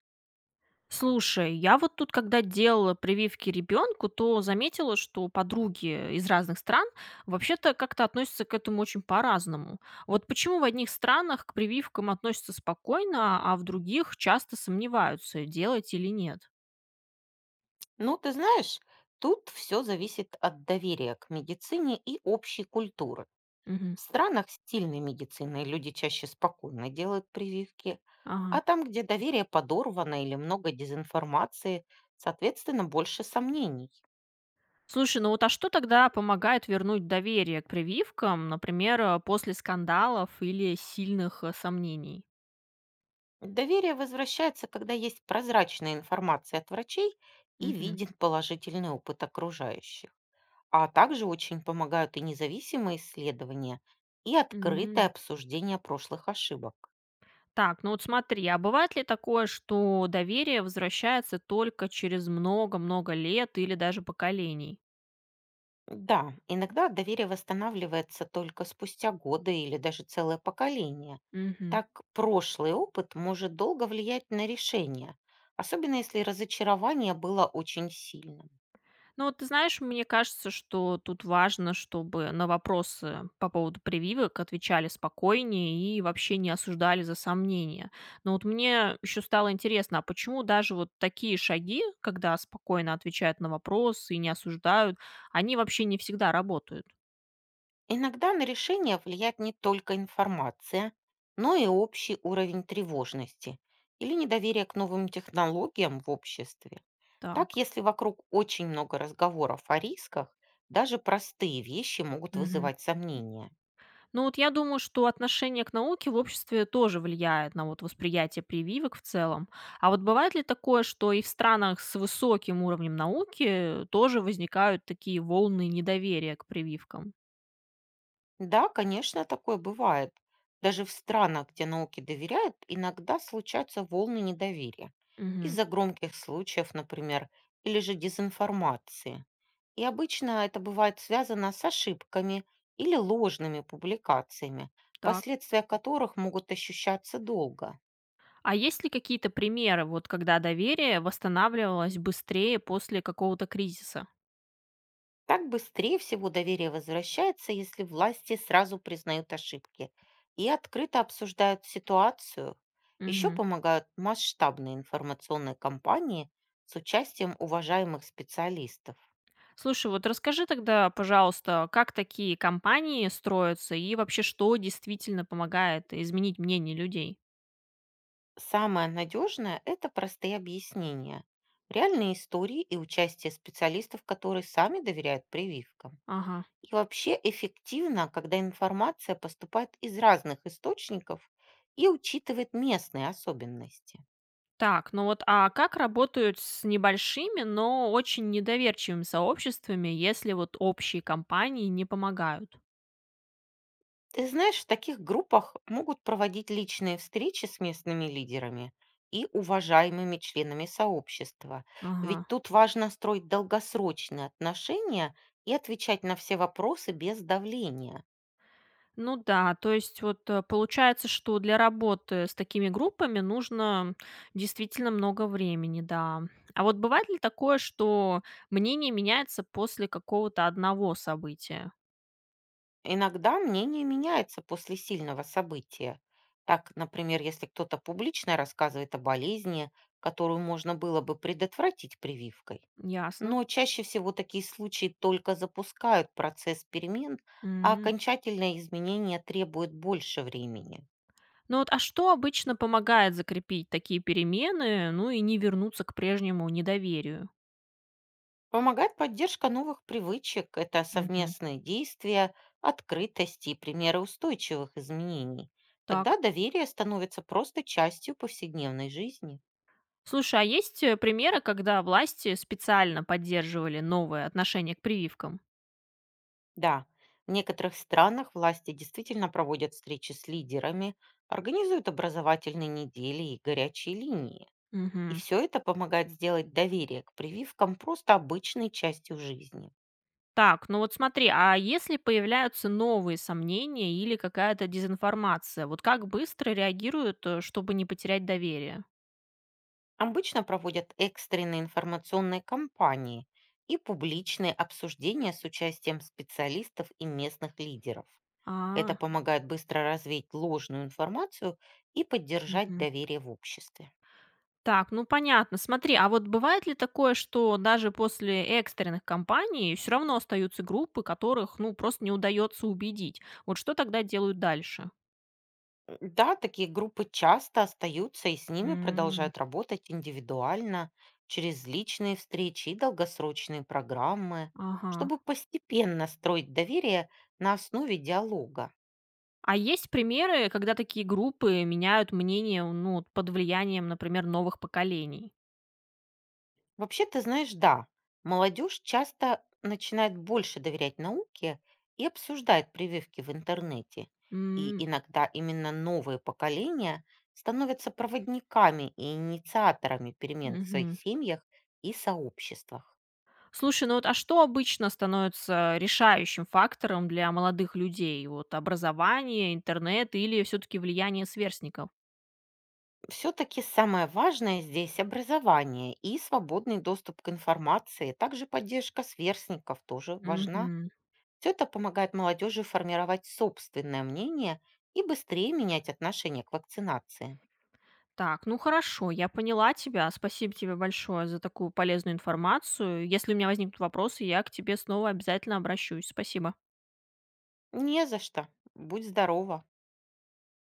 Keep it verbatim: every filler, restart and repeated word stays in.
Слушай, я вот тут, когда делала прививки ребенку, то заметила, что подруги из разных стран вообще-то как-то относятся к этому очень по-разному. Вот почему в одних странах к прививкам относятся спокойно, а в других часто сомневаются, делать или нет. Ну, ты знаешь, тут все зависит от доверия к медицине и общей культуры. Мгм. В странах с сильной медициной люди чаще спокойно делают прививки, а Ага. там, где доверие подорвано или много дезинформации, соответственно, больше сомнений. Слушай, ну вот а что тогда помогает вернуть доверие к прививкам, например, э, после скандалов или сильных э, сомнений? Доверие возвращается, когда есть прозрачная информация от врачей и Мгм. виден положительный опыт окружающих. А также очень помогают и независимые исследования, и открытое М. обсуждение прошлых ошибок. Так, ну вот смотри, а бывает ли такое, что доверие возвращается только через много-много лет или даже поколений? Да, иногда доверие восстанавливается только спустя годы или даже целое поколение. Мгм. Так прошлый опыт может долго влиять на решение, особенно если разочарование было очень сильным. Ну вот ты знаешь, мне кажется, что тут важно, чтобы на вопросы по поводу прививок отвечали спокойнее и вообще не осуждали за сомнения. Но вот мне еще стало интересно, а почему даже вот такие шаги, когда спокойно отвечают на вопросы и не осуждают, они вообще не всегда работают? Иногда на решение влияет не только информация, но и общий уровень тревожности или недоверие к новым технологиям в обществе. Так, Так. если вокруг очень много разговоров о рисках, даже простые вещи могут Мгм. вызывать сомнения. Ну вот я думаю, что отношение к науке в обществе тоже влияет на вот восприятие прививок в целом. А вот бывает ли такое, что и в странах с высоким уровнем науки тоже возникают такие волны недоверия к прививкам? Да, конечно, такое бывает. Даже в странах, где науке доверяют, иногда случаются волны недоверия. Мгм. Из-за громких случаев, например, или же дезинформации. И обычно это бывает связано с ошибками или ложными публикациями, Так. последствия которых могут ощущаться долго. А есть ли какие-то примеры, вот когда доверие восстанавливалось быстрее после какого-то кризиса? Так быстрее всего доверие возвращается, если власти сразу признают ошибки и открыто обсуждают ситуацию. Еще Мгм. помогают масштабные информационные кампании с участием уважаемых специалистов. Слушай, вот расскажи тогда, пожалуйста, как такие компании строятся и вообще что действительно помогает изменить мнение людей? Самое надежное– это простые объяснения, реальные истории и участие специалистов, которые сами доверяют прививкам. Ага. И вообще эффективно, когда информация поступает из разных источников и учитывает местные особенности. Так, ну вот, а как работают с небольшими, но очень недоверчивыми сообществами, если вот общие компании не помогают? Ты знаешь, в таких группах могут проводить личные встречи с местными лидерами и уважаемыми членами сообщества. Ведь Ага. тут важно строить долгосрочные отношения и отвечать на все вопросы без давления. Ну да, то есть вот э, получается, что для работы с такими группами нужно действительно много времени, да. А вот бывает ли такое, что мнение меняется после какого-то одного события? Иногда мнение меняется после сильного события. Так, например, если кто-то публично рассказывает о болезни, которую можно было бы предотвратить прививкой. Ясно. Но чаще всего такие случаи только запускают процесс перемен, а М. окончательное изменение требует больше времени. Ну вот, а что обычно помогает закрепить такие перемены, ну и не вернуться к прежнему недоверию? Помогает поддержка новых привычек– это Мгм. совместные действия, открытость и примеры устойчивых изменений. Тогда Так. доверие становится просто частью повседневной жизни. Слушай, а есть э, примеры, когда власти специально поддерживали новое отношение к прививкам? Да, в некоторых странах власти действительно проводят встречи с лидерами, организуют образовательные недели и горячие линии. И Мгм. все это помогает сделать доверие к прививкам просто обычной частью жизни. Так, ну вот смотри, а если появляются новые сомнения или какая-то дезинформация, вот как быстро реагируют, э, чтобы не потерять доверие? Обычно проводят экстренные информационные кампании и публичные обсуждения с участием специалистов и местных лидеров. Это А, помогает быстро развеять ложную информацию и поддержать мгм. доверие в обществе. Так, ну понятно. Смотри, а вот бывает ли такое, что даже после экстренных кампаний все равно остаются группы, которых, ну, просто не удается убедить? Вот что тогда делают дальше? Да, такие группы часто остаются и с ними М. продолжают работать индивидуально, через личные встречи и долгосрочные программы, Ага. чтобы постепенно строить доверие на основе диалога. А есть примеры, когда такие группы меняют мнение, ну, вот под влиянием, например, новых поколений? Вообще, ты знаешь, да, молодежь часто начинает больше доверять науке и обсуждает прививки в интернете. И М. иногда именно новые поколения становятся проводниками и инициаторами перемен в своих Мгм. семьях и сообществах. Слушай, ну вот, а что обычно становится решающим фактором для молодых людей? Вот образование, интернет или все-таки влияние сверстников? Все-таки самое важное здесь образование и свободный доступ к информации. Также поддержка сверстников тоже важна. Мгм. Все это помогает молодежи формировать собственное мнение и быстрее менять отношение к вакцинации. Так, ну хорошо, я поняла тебя. Спасибо тебе большое за такую полезную информацию. Если у меня возникнут вопросы, я к тебе снова обязательно обращусь. Спасибо. Не за что. Будь здорова.